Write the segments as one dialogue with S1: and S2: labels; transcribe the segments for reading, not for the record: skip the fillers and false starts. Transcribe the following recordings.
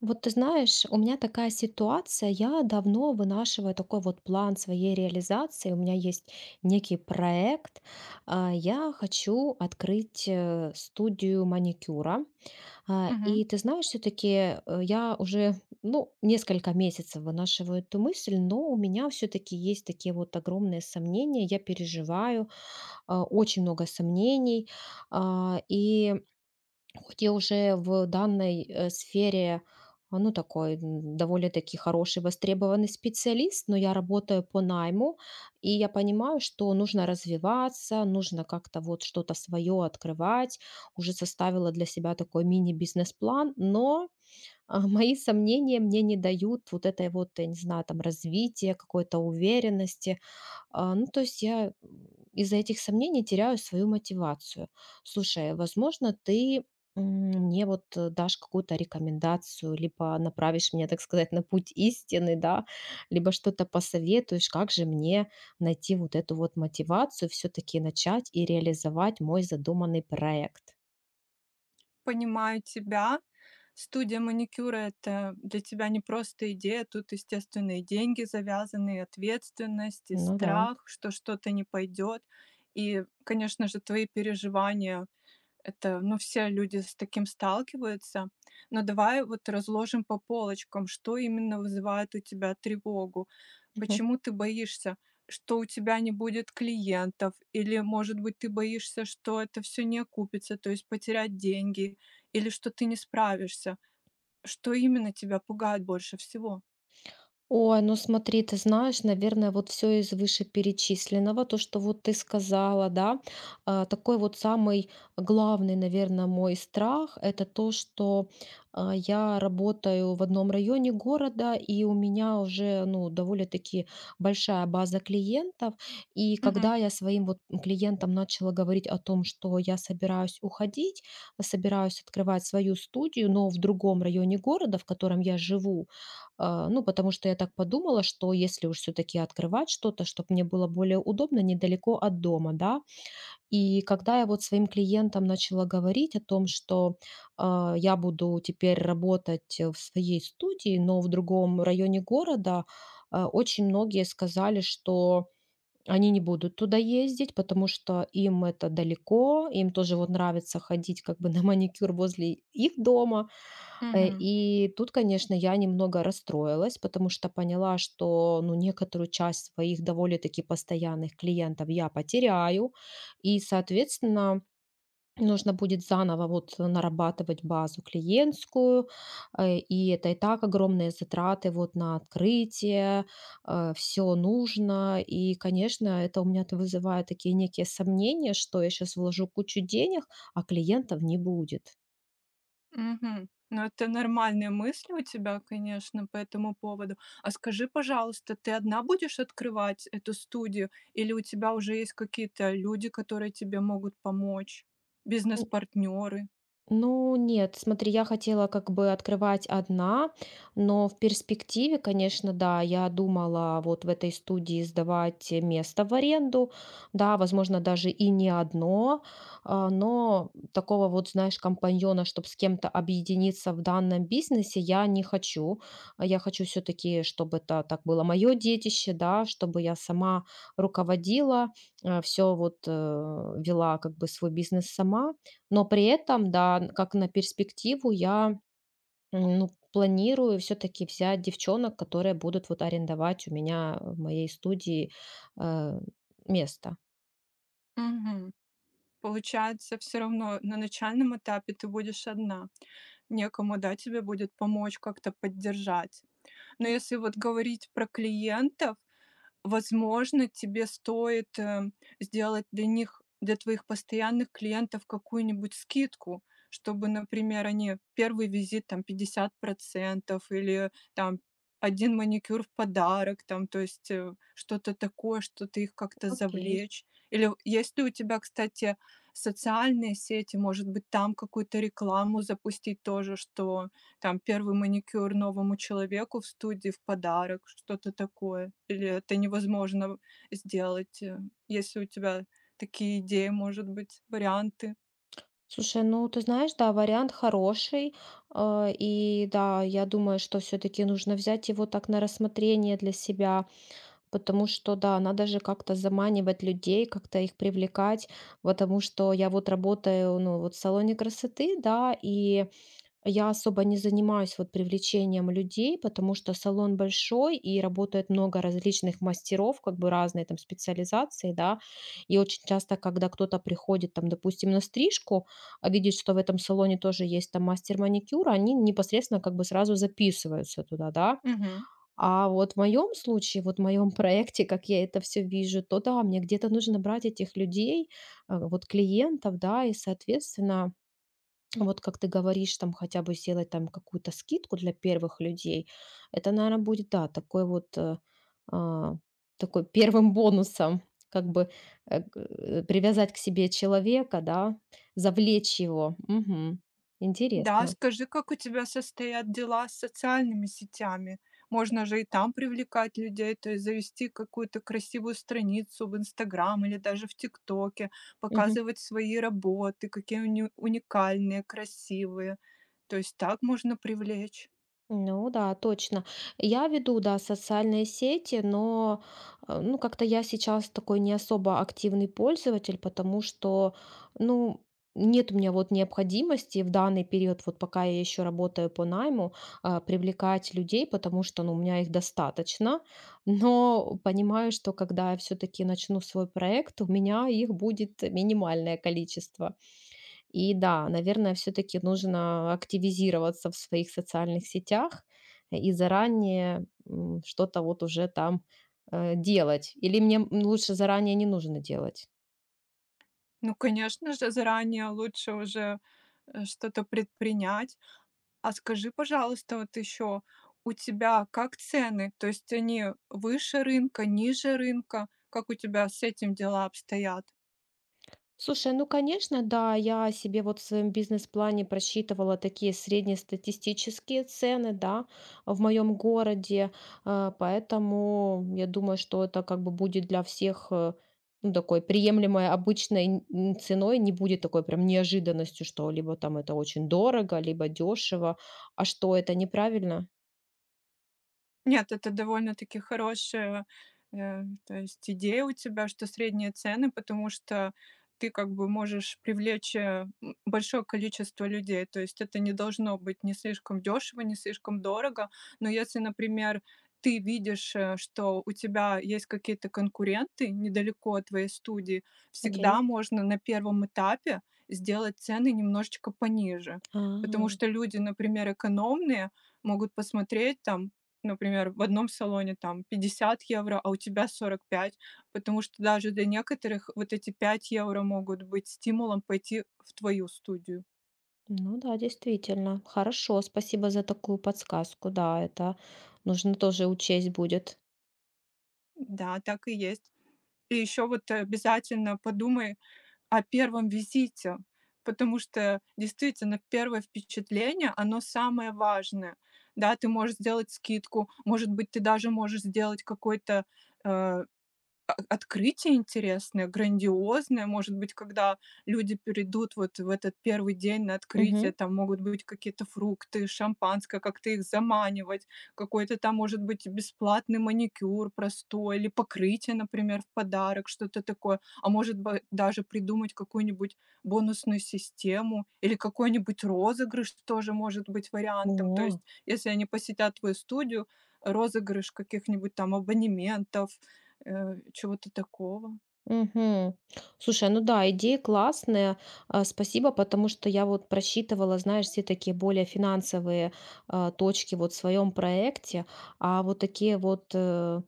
S1: Вот ты знаешь, у меня такая ситуация, я давно вынашиваю такой вот план своей реализации, у меня есть некий проект. Я хочу открыть студию маникюра. А,
S2: Мгм.
S1: и ты знаешь, все-таки я уже, ну, несколько месяцев вынашиваю эту мысль, но у меня все-таки есть такие вот огромные сомнения, я переживаю, очень много сомнений. И хоть я уже в данной, сфере, ну, такой, довольно-таки хороший, востребованный специалист, но я работаю по найму, и я понимаю, что нужно развиваться, нужно как-то вот что-то свое открывать. Уже составила для себя такой мини-бизнес-план, но, а, мои сомнения мне не дают вот этой вот, я не знаю, там развития, какой-то уверенности. Ну, то есть я, из-за этих сомнений теряю свою мотивацию. Слушай, возможно, ты, м, мне вот дашь какую-то рекомендацию, либо направишь меня, так сказать, на путь истины, да, либо что-то посоветуешь, как же мне найти вот эту вот мотивацию, все-таки начать и реализовать мой задуманный проект.
S2: Понимаю тебя. Студия маникюра — это для тебя не просто идея, тут, естественно, и деньги завязаны, и ответственность, и
S1: Ну да.
S2: страх, что что-то не пойдет. И, конечно же, твои переживания. Это, ну, все люди с таким сталкиваются. Но давай вот разложим по полочкам, что именно вызывает у тебя тревогу, почему ты боишься, что у тебя не будет клиентов, или, может быть, ты боишься, что это все не окупится, то есть потерять деньги, или что ты не справишься. Что именно тебя пугает больше всего?
S1: Ой, ну смотри, ты знаешь, наверное, вот все из вышеперечисленного, то, что вот ты сказала, да, такой вот самый главный, наверное, мой страх, это то, что, я работаю в одном районе города, и у меня уже, ну, довольно-таки большая база клиентов, и
S2: Мгм,
S1: когда я своим вот клиентам начала говорить о том, что я собираюсь уходить, собираюсь открывать свою студию, но в другом районе города, в котором я живу, ну, потому что я так подумала, что если уж все-таки открывать что-то, чтобы мне было более удобно, недалеко от дома, да. И когда я вот своим клиентам начала говорить о том, что, я буду теперь работать в своей студии, но в другом районе города, очень многие сказали, что они не будут туда ездить, потому что им это далеко, им тоже вот нравится ходить как бы на маникюр возле их дома. Э,
S2: мгм.
S1: и тут, конечно, я немного расстроилась, потому что поняла, что, ну, некоторую часть своих довольно-таки постоянных клиентов я потеряю, и, соответственно, нужно будет заново вот нарабатывать базу клиентскую, и это и так огромные затраты вот на открытие, все нужно, и, конечно, это у меня вызывает такие некие сомнения, что я сейчас вложу кучу денег, а клиентов не будет.
S2: Мгм. Ну, это нормальные мысли у тебя, конечно, по этому поводу. А скажи, пожалуйста, ты одна будешь открывать эту студию или у тебя уже есть какие-то люди, которые тебе могут помочь? Бизнес-партнеры?
S1: Ну нет, смотри, я хотела как бы открывать одна, но в перспективе, конечно, да, я думала вот в этой студии сдавать место в аренду, да, возможно, даже и не одно, но такого вот, знаешь, компаньона, чтобы с кем-то объединиться в данном бизнесе, я не хочу. Я хочу все-таки, чтобы это так было мое детище, да, чтобы я сама руководила, все вот, вела как бы свой бизнес сама. Но при этом, да, н как на перспективу я, ну, планирую все таки взять девчонок, которые будут вот арендовать у меня в моей студии, э, место.
S2: Мгм. Получается, все равно на начальном этапе ты будешь одна. Некому, да, тебе будет помочь как-то поддержать. Но если вот говорить про клиентов, возможно, тебе стоит, сделать для них, для твоих постоянных клиентов какую-нибудь скидку, чтобы, например, они первый визит там 50 или там один маникюр в подарок, там, то есть, что-то такое, что-то их как-то
S1: Окей.
S2: завлечь. Или если у тебя, кстати, социальные сети, может быть, там какую-то рекламу запустить тоже, что там первый маникюр новому человеку в студии в подарок, что-то такое. Или это невозможно сделать, если у тебя такие идеи, может быть, варианты.
S1: Слушай, ну, ты знаешь, да, вариант хороший. И да, я думаю, что все таки нужно взять его так на рассмотрение для себя, потому что, да, надо же как-то заманивать людей, как-то их привлекать, потому что я вот работаю, ну, вот в салоне красоты, да, и я особо не занимаюсь вот привлечением людей, потому что салон большой и работает много различных мастеров, как бы разные там специализации, да. И очень часто, когда кто-то приходит там, допустим, на стрижку, а видит, что в этом салоне тоже есть там мастер маникюра, они непосредственно как бы сразу записываются туда, да.
S2: Мгм.
S1: А вот в моем случае, вот в моем проекте, как я это все вижу, то да, мне где-то нужно брать этих людей, вот клиентов, да, и, соответственно, вот как ты говоришь, там хотя бы сделать там какую-то скидку для первых людей, это, наверное, будет, да, такой вот, а, такой первым бонусом, как бы привязать к себе человека, да, завлечь его. Мгм.
S2: Да,
S1: Интересно.
S2: скажи, как у тебя состоят дела с социальными сетями? Можно же и там привлекать людей, то есть завести какую-то красивую страницу в "Инстаграм" или даже в "ТикТоке", показывать свои работы, какие они уникальные, красивые. То есть так можно привлечь.
S1: Ну да, точно. Я веду, да, социальные сети, но, ну, как-то я сейчас такой не особо активный пользователь, потому что, ну, нет у меня вот необходимости в данный период, вот пока я еще работаю по найму, привлекать людей, потому что, ну, у меня их достаточно. Но понимаю, что когда я все-таки начну свой проект, у меня их будет минимальное количество. И да, наверное, все таки нужно активизироваться в своих социальных сетях и заранее, что-то вот уже там, делать. Или мне, лучше заранее не нужно делать?
S2: Ну, конечно же, заранее лучше уже, что-то предпринять. А скажи, пожалуйста, вот еще, у тебя как цены? То есть они выше рынка, ниже рынка? Как у тебя с этим дела обстоят?
S1: Слушай, ну, конечно, да, я себе вот в своем бизнес-плане просчитывала такие среднестатистические цены, да, в моем городе, поэтому я думаю, что это как бы будет для всех, ну, такой приемлемой обычной ценой, не будет такой прям неожиданностью, что либо там это очень дорого, либо дешево, а что это неправильно?
S2: Нет, это довольно-таки хорошая, то есть идея у тебя, что средние цены, потому что ты как бы можешь привлечь большое количество людей. То есть это не должно быть не слишком дешево, не слишком дорого. Но если, например, ты видишь, что у тебя есть какие-то конкуренты недалеко от твоей студии,
S1: Окей.
S2: всегда можно на первом этапе сделать цены немножечко пониже. Потому
S1: А,
S2: что люди, например, экономные, могут посмотреть там, например, в одном салоне там 50 евро, а у тебя 45, потому что даже для некоторых вот эти 5 евро могут быть стимулом пойти в твою студию.
S1: ну да, действительно. Хорошо, спасибо за такую подсказку, да, это нужно тоже учесть будет.
S2: Да, так и есть. И еще вот обязательно подумай о первом визите, потому что действительно первое впечатление, оно самое важное. Да, ты можешь сделать скидку, может быть, ты даже можешь сделать какой-то э, открытие интересное, грандиозное, может быть, когда люди перейдут вот в этот первый день на открытие,
S1: Мгм.
S2: там могут быть какие-то фрукты, шампанское, как-то их заманивать, какой-то там, может быть, бесплатный маникюр простой или покрытие, например, в подарок, что-то такое. А может быть, даже придумать какую-нибудь бонусную систему или какой-нибудь розыгрыш тоже может быть вариантом. То
S1: О.
S2: есть, если они посетят твою студию, розыгрыш каких-нибудь там абонементов, чего-то такого.
S1: Мгм. Слушай, ну да, идея классная. Спасибо, потому что я вот просчитывала, знаешь, все такие более финансовые, точки вот в своем проекте, а вот такие вот, э,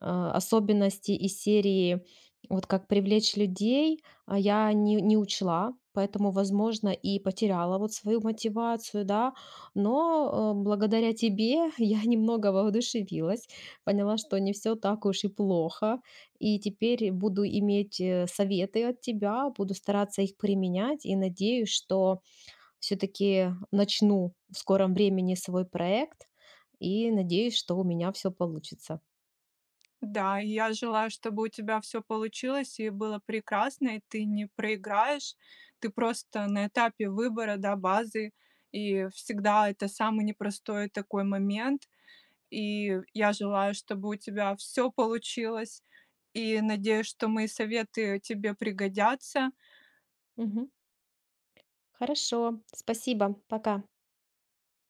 S1: а, особенности из серии вот как привлечь людей, я не учла, поэтому, возможно, и потеряла вот свою мотивацию, да, но благодаря тебе я немного воодушевилась, поняла, что не все так уж и плохо. И теперь буду иметь советы от тебя, буду стараться их применять и надеюсь, что все-таки начну в скором времени свой проект и надеюсь, что у меня все получится.
S2: Да, и я желаю, чтобы у тебя все получилось и было прекрасно, и ты не проиграешь. Ты просто на этапе выбора, да, базы, и всегда это самый непростой такой момент. И я желаю, чтобы у тебя все получилось, и надеюсь, что мои советы тебе пригодятся.
S1: Мгм. Хорошо, спасибо, пока.